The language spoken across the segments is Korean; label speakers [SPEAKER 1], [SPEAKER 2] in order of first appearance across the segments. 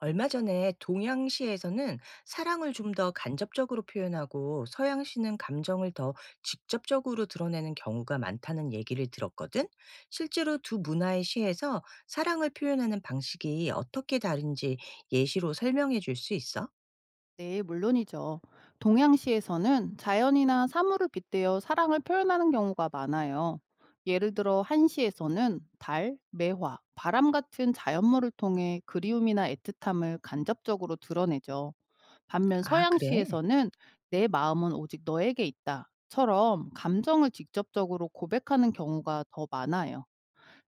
[SPEAKER 1] 얼마 전에 동양시에서는 사랑을 좀 더 간접적으로 표현하고 서양시는 감정을 더 직접적으로 드러내는 경우가 많다는 얘기를 들었거든. 실제로 두 문화의 시에서 사랑을 표현하는 방식이 어떻게 다른지 예시로 설명해 줄 수 있어?
[SPEAKER 2] 네, 물론이죠. 동양시에서는 자연이나 사물을 빗대어 사랑을 표현하는 경우가 많아요. 예를 들어 한시에서는 달, 매화, 바람 같은 자연물을 통해 그리움이나 애틋함을 간접적으로 드러내죠. 반면
[SPEAKER 1] 아, 그래.
[SPEAKER 2] 서양시에서는 내 마음은 오직 너에게 있다. 처럼 감정을 직접적으로 고백하는 경우가 더 많아요.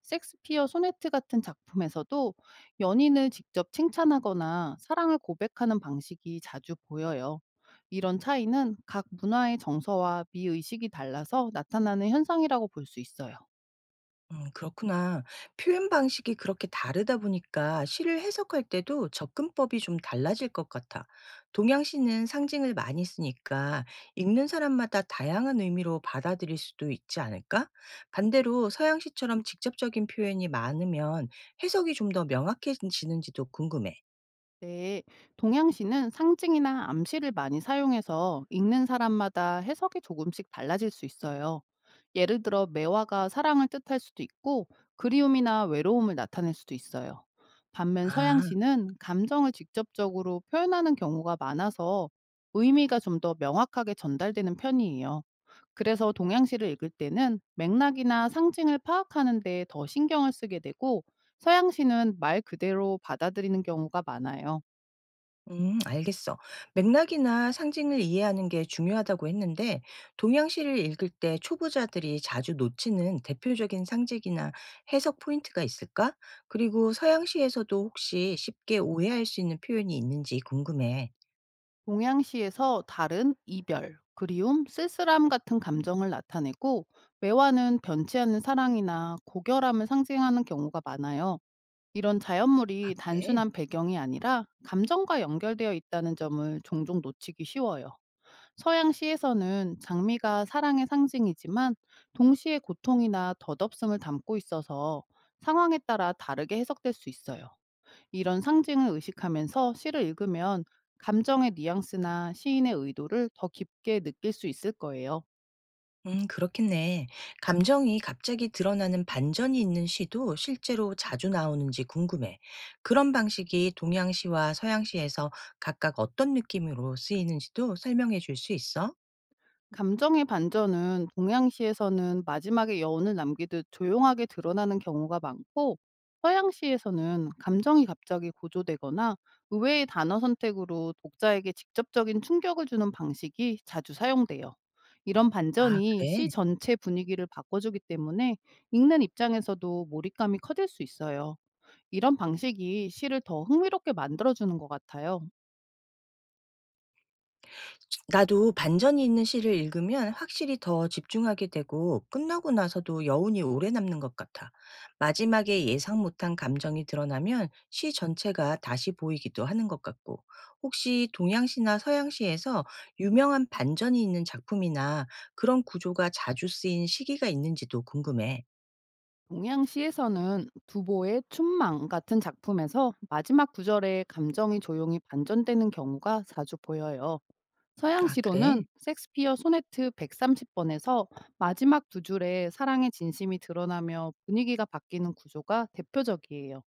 [SPEAKER 2] 섹스피어 소네트 같은 작품에서도 연인을 직접 칭찬하거나 사랑을 고백하는 방식이 자주 보여요. 이런 차이는 각 문화의 정서와 미의식이 달라서 나타나는 현상이라고 볼 수 있어요.
[SPEAKER 1] 그렇구나. 표현 방식이 그렇게 다르다 보니까 시를 해석할 때도 접근법이 좀 달라질 것 같아. 동양시는 상징을 많이 쓰니까 읽는 사람마다 다양한 의미로 받아들일 수도 있지 않을까? 반대로 서양시처럼 직접적인 표현이 많으면 해석이 좀 더 명확해지는지도 궁금해.
[SPEAKER 2] 네, 동양시는 상징이나 암시를 많이 사용해서 읽는 사람마다 해석이 조금씩 달라질 수 있어요. 예를 들어, 매화가 사랑을 뜻할 수도 있고, 그리움이나 외로움을 나타낼 수도 있어요. 반면
[SPEAKER 1] 아.
[SPEAKER 2] 서양시는 감정을 직접적으로 표현하는 경우가 많아서 의미가 좀 더 명확하게 전달되는 편이에요. 그래서 동양시를 읽을 때는 맥락이나 상징을 파악하는 데 더 신경을 쓰게 되고, 서양시는 말 그대로 받아들이는 경우가 많아요.
[SPEAKER 1] 알겠어. 맥락이나 상징을 이해하는 게 중요하다고 했는데, 동양시를 읽을 때 초보자들이 자주 놓치는 대표적인 상징이나 해석 포인트가 있을까? 그리고 서양시에서도 혹시 쉽게 오해할 수 있는 표현이 있는지 궁금해.
[SPEAKER 2] 동양시에서 달은 이별, 그리움, 쓸쓸함 같은 감정을 나타내고 매화는 변치 않는 사랑이나 고결함을 상징하는 경우가 많아요. 이런
[SPEAKER 1] 아,
[SPEAKER 2] 자연물이
[SPEAKER 1] 그래?
[SPEAKER 2] 단순한 배경이 아니라 감정과 연결되어 있다는 점을 종종 놓치기 쉬워요. 서양시에서는 장미가 사랑의 상징이지만 동시에 고통이나 덧없음을 담고 있어서 상황에 따라 다르게 해석될 수 있어요. 이런 상징을 의식하면서 시를 읽으면 감정의 뉘앙스나 시인의 의도를 더 깊게 느낄 수 있을 거예요.
[SPEAKER 1] 그렇겠네. 감정이 갑자기 드러나는 반전이 있는 시도 실제로 자주 나오는지 궁금해. 그런 방식이 동양시와 서양시에서 각각 어떤 느낌으로 쓰이는지도 설명해 줄 수 있어?
[SPEAKER 2] 감정의 반전은 동양시에서는 마지막에 여운을 남기듯 조용하게 드러나는 경우가 많고, 서양시에서는 감정이 갑자기 고조되거나 의외의 단어 선택으로 독자에게 직접적인 충격을 주는 방식이 자주 사용돼요. 이런
[SPEAKER 1] 아
[SPEAKER 2] 반전이 시
[SPEAKER 1] 그래?
[SPEAKER 2] 전체 분위기를 바꿔주기 때문에 읽는 입장에서도 몰입감이 커질 수 있어요. 이런 방식이 시를 더 흥미롭게 만들어주는 것 같아요.
[SPEAKER 1] 나도 반전이 있는 시를 읽으면 확실히 더 집중하게 되고 끝나고 나서도 여운이 오래 남는 것 같아. 마지막에 예상 못한 감정이 드러나면 시 전체가 다시 보이기도 하는 것 같고. 혹시 동양시나 서양시에서 유명한 반전이 있는 작품이나 그런 구조가 자주 쓰인 시기가 있는지도 궁금해.
[SPEAKER 2] 동양시에서는 두보의 춘망 같은 작품에서 마지막 구절에 감정이 조용히 반전되는 경우가 자주 보여요.
[SPEAKER 1] 아 그래?
[SPEAKER 2] 서양시로는 섹스피어 소네트 130번에서 마지막 두 줄에 사랑의 진심이 드러나며 분위기가 바뀌는 구조가 대표적이에요.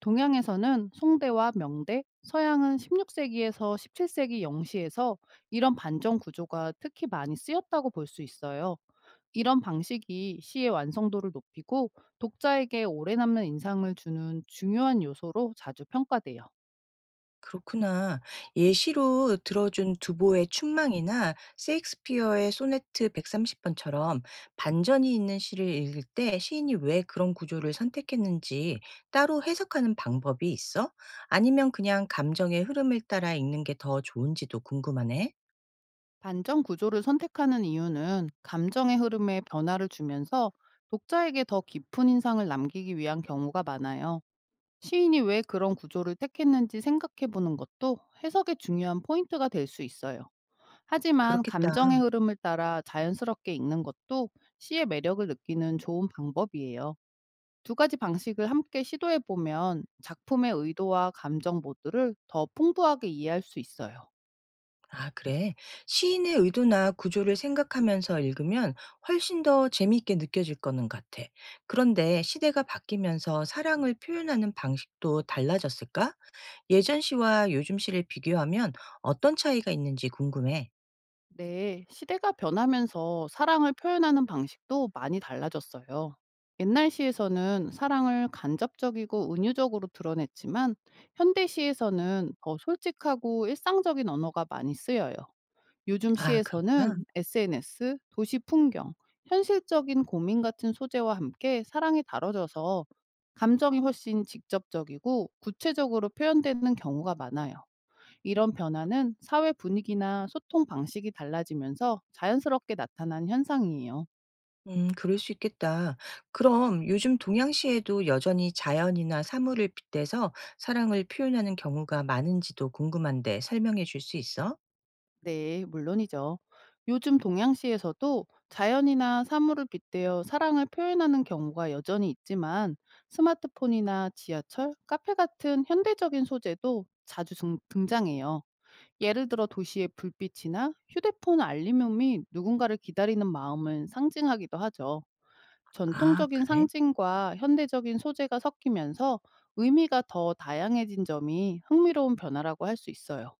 [SPEAKER 2] 동양에서는 송대와 명대, 서양은 16세기에서 17세기 영시에서 이런 반전 구조가 특히 많이 쓰였다고 볼 수 있어요. 이런 방식이 시의 완성도를 높이고 독자에게 오래 남는 인상을 주는 중요한 요소로 자주 평가돼요.
[SPEAKER 1] 그렇구나. 예시로 들어준 두보의 춘망이나 셰익스피어의 소네트 130번처럼 반전이 있는 시를 읽을 때 시인이 왜 그런 구조를 선택했는지 따로 해석하는 방법이 있어? 아니면 그냥 감정의 흐름을 따라 읽는 게 더 좋은지도 궁금하네.
[SPEAKER 2] 반전 구조를 선택하는 이유는 감정의 흐름에 변화를 주면서 독자에게 더 깊은 인상을 남기기 위한 경우가 많아요. 시인이 왜 그런 구조를 택했는지 생각해 보는 것도 해석의 중요한 포인트가 될 수 있어요. 하지만
[SPEAKER 1] 그렇겠다.
[SPEAKER 2] 감정의 흐름을 따라 자연스럽게 읽는 것도 시의 매력을 느끼는 좋은 방법이에요. 두 가지 방식을 함께 시도해 보면 작품의 의도와 감정 모두를 더 풍부하게 이해할 수 있어요.
[SPEAKER 1] 아, 그래. 시인의 의도나 구조를 생각하면서 읽으면 훨씬 더 재미있게 느껴질 거는 같아. 그런데 시대가 바뀌면서 사랑을 표현하는 방식도 달라졌을까? 예전 시와 요즘 시를 비교하면 어떤 차이가 있는지 궁금해.
[SPEAKER 2] 네, 시대가 변하면서 사랑을 표현하는 방식도 많이 달라졌어요. 옛날 시에서는 사랑을 간접적이고 은유적으로 드러냈지만 현대 시에서는 더 솔직하고 일상적인 언어가 많이 쓰여요. 요즘
[SPEAKER 1] 아, 그렇구나.
[SPEAKER 2] 시에서는 SNS, 도시 풍경, 현실적인 고민 같은 소재와 함께 사랑이 다뤄져서 감정이 훨씬 직접적이고 구체적으로 표현되는 경우가 많아요. 이런 변화는 사회 분위기나 소통 방식이 달라지면서 자연스럽게 나타난 현상이에요.
[SPEAKER 1] 그럴 수 있겠다. 그럼 요즘 동양시에도 여전히 자연이나 사물을 빗대서 사랑을 표현하는 경우가 많은지도 궁금한데 설명해 줄 수 있어?
[SPEAKER 2] 네, 물론이죠. 요즘 동양시에서도 자연이나 사물을 빗대어 사랑을 표현하는 경우가 여전히 있지만 스마트폰이나 지하철, 카페 같은 현대적인 소재도 자주 등장해요. 예를 들어 도시의 불빛이나 휴대폰 알림음이 누군가를 기다리는 마음을 상징하기도 하죠.
[SPEAKER 1] 아,
[SPEAKER 2] 전통적인
[SPEAKER 1] 그래.
[SPEAKER 2] 상징과 현대적인 소재가 섞이면서 의미가 더 다양해진 점이 흥미로운 변화라고 할 수 있어요.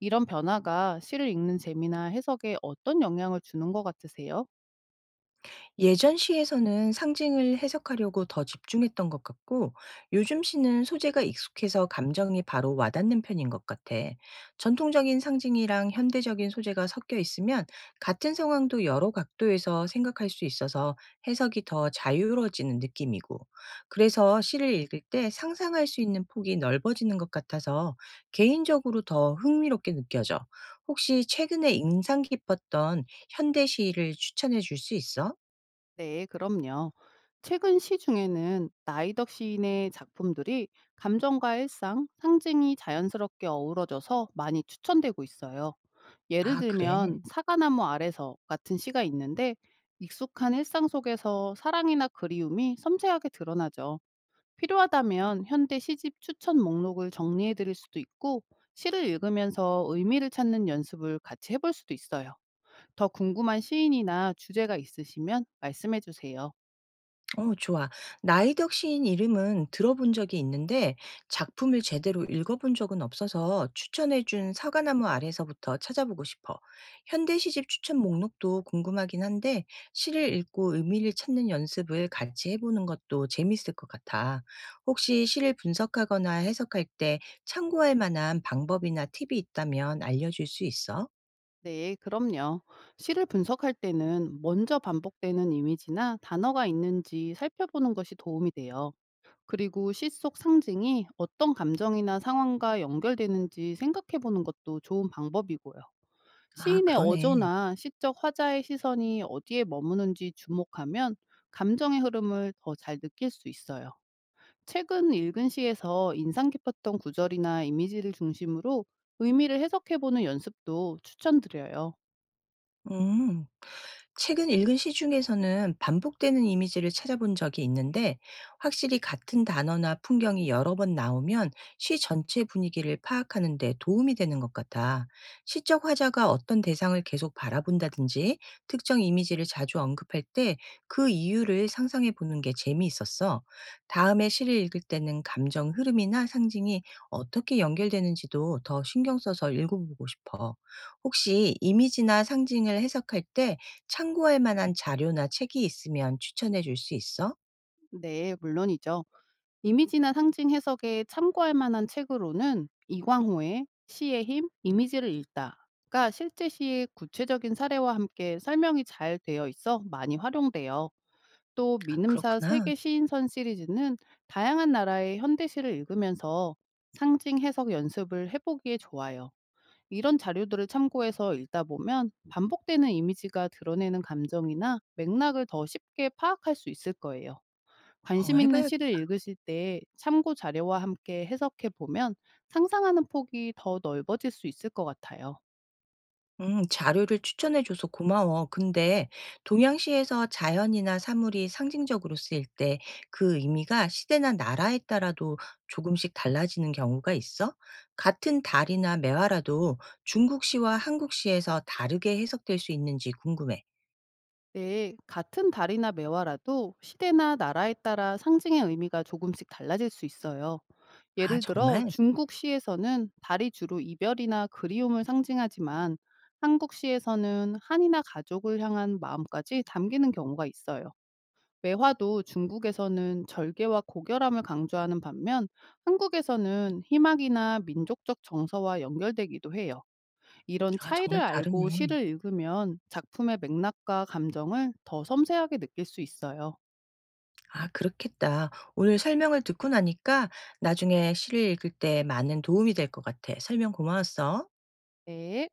[SPEAKER 2] 이런 변화가 시를 읽는 재미나 해석에 어떤 영향을 주는 것 같으세요?
[SPEAKER 1] 예전 시에서는 상징을 해석하려고 더 집중했던 것 같고, 요즘 시는 소재가 익숙해서 감정이 바로 와닿는 편인 것 같아. 전통적인 상징이랑 현대적인 소재가 섞여 있으면 같은 상황도 여러 각도에서 생각할 수 있어서 해석이 더 자유로워지는 느낌이고, 그래서 시를 읽을 때 상상할 수 있는 폭이 넓어지는 것 같아서 개인적으로 더 흥미롭게 느껴져. 혹시 최근에 인상 깊었던 현대 시를 추천해 줄 수 있어?
[SPEAKER 2] 네, 그럼요. 최근 시 중에는 나이덕 시인의 작품들이 감정과 일상, 상징이 자연스럽게 어우러져서 많이 추천되고 있어요. 예를
[SPEAKER 1] 아 그래?
[SPEAKER 2] 들면 사과나무 아래서 같은 시가 있는데 익숙한 일상 속에서 사랑이나 그리움이 섬세하게 드러나죠. 필요하다면 현대 시집 추천 목록을 정리해 드릴 수도 있고, 시를 읽으면서 의미를 찾는 연습을 같이 해볼 수도 있어요. 더 궁금한 시인이나 주제가 있으시면 말씀해 주세요.
[SPEAKER 1] 어 좋아. 나이덕 시인 이름은 들어본 적이 있는데 작품을 제대로 읽어본 적은 없어서 추천해 준 사과나무 아래서부터 찾아보고 싶어. 현대 시집 추천 목록도 궁금하긴 한데 시를 읽고 의미를 찾는 연습을 같이 해보는 것도 재밌을 것 같아. 혹시 시를 분석하거나 해석할 때 참고할 만한 방법이나 팁이 있다면 알려줄 수 있어?
[SPEAKER 2] 네, 그럼요. 시를 분석할 때는 먼저 반복되는 이미지나 단어가 있는지 살펴보는 것이 도움이 돼요. 그리고 시 속 상징이 어떤 감정이나 상황과 연결되는지 생각해 보는 것도 좋은 방법이고요.
[SPEAKER 1] 아
[SPEAKER 2] 시인의
[SPEAKER 1] 그러네.
[SPEAKER 2] 어조나 시적 화자의 시선이 어디에 머무는지 주목하면 감정의 흐름을 더 잘 느낄 수 있어요. 최근 읽은 시에서 인상 깊었던 구절이나 이미지를 중심으로 의미를 해석해보는 연습도 추천드려요.
[SPEAKER 1] 음. 최근 읽은 시 중에서는 반복되는 이미지를 찾아본 적이 있는데 확실히 같은 단어나 풍경이 여러 번 나오면 시 전체 분위기를 파악하는 데 도움이 되는 것 같아. 시적 화자가 어떤 대상을 계속 바라본다든지 특정 이미지를 자주 언급할 때 그 이유를 상상해 보는 게 재미있었어. 다음에 시를 읽을 때는 감정 흐름이나 상징이 어떻게 연결되는지도 더 신경 써서 읽어보고 싶어. 혹시 이미지나 상징을 해석할 때 참고할 만한 자료나 책이 있으면 추천해 줄 수 있어?
[SPEAKER 2] 네, 물론이죠. 이미지나 상징 해석에 참고할 만한 책으로는 이광호의 시의 힘, 이미지를 읽다가 실제 시의 구체적인 사례와 함께 설명이 잘 되어 있어 많이 활용돼요. 또
[SPEAKER 1] 아 그렇구
[SPEAKER 2] 민음사
[SPEAKER 1] 나
[SPEAKER 2] 세계 시인선 시리즈는 다양한 나라의 현대시를 읽으면서 상징 해석 연습을 해보기에 좋아요. 이런 자료들을 참고해서 읽다 보면 반복되는 이미지가 드러내는 감정이나 맥락을 더 쉽게 파악할 수 있을 거예요.
[SPEAKER 1] 어
[SPEAKER 2] 관심
[SPEAKER 1] 해
[SPEAKER 2] 있는
[SPEAKER 1] 봐야.
[SPEAKER 2] 시를 읽으실 때 참고 자료와 함께 해석해 보면 상상하는 폭이 더 넓어질 수 있을 것 같아요.
[SPEAKER 1] 음, 자료를 추천해 줘서 고마워. 근데 동양시에서 자연이나 사물이 상징적으로 쓰일 때 그 의미가 시대나 나라에 따라도 조금씩 달라지는 경우가 있어? 같은 달이나 매화라도 중국시와 한국시에서 다르게 해석될 수 있는지 궁금해.
[SPEAKER 2] 네, 같은 달이나 매화라도 시대나 나라에 따라 상징의 의미가 조금씩 달라질 수 있어요.
[SPEAKER 1] 아
[SPEAKER 2] 예를 들어
[SPEAKER 1] 정말?
[SPEAKER 2] 중국 시에서는 달이 주로 이별이나 그리움을 상징하지만 한국 시에서는 한이나 가족을 향한 마음까지 담기는 경우가 있어요. 매화도 중국에서는 절개와 고결함을 강조하는 반면 한국에서는 희망이나 민족적 정서와 연결되기도 해요. 이런
[SPEAKER 1] 아
[SPEAKER 2] 차이를
[SPEAKER 1] 정말
[SPEAKER 2] 알고
[SPEAKER 1] 다르네.
[SPEAKER 2] 시를 읽으면 작품의 맥락과 감정을 더 섬세하게 느낄 수 있어요.
[SPEAKER 1] 아, 그렇겠다. 오늘 설명을 듣고 나니까 나중에 시를 읽을 때 많은 도움이 될 것 같아. 설명 고마웠어.
[SPEAKER 2] 네.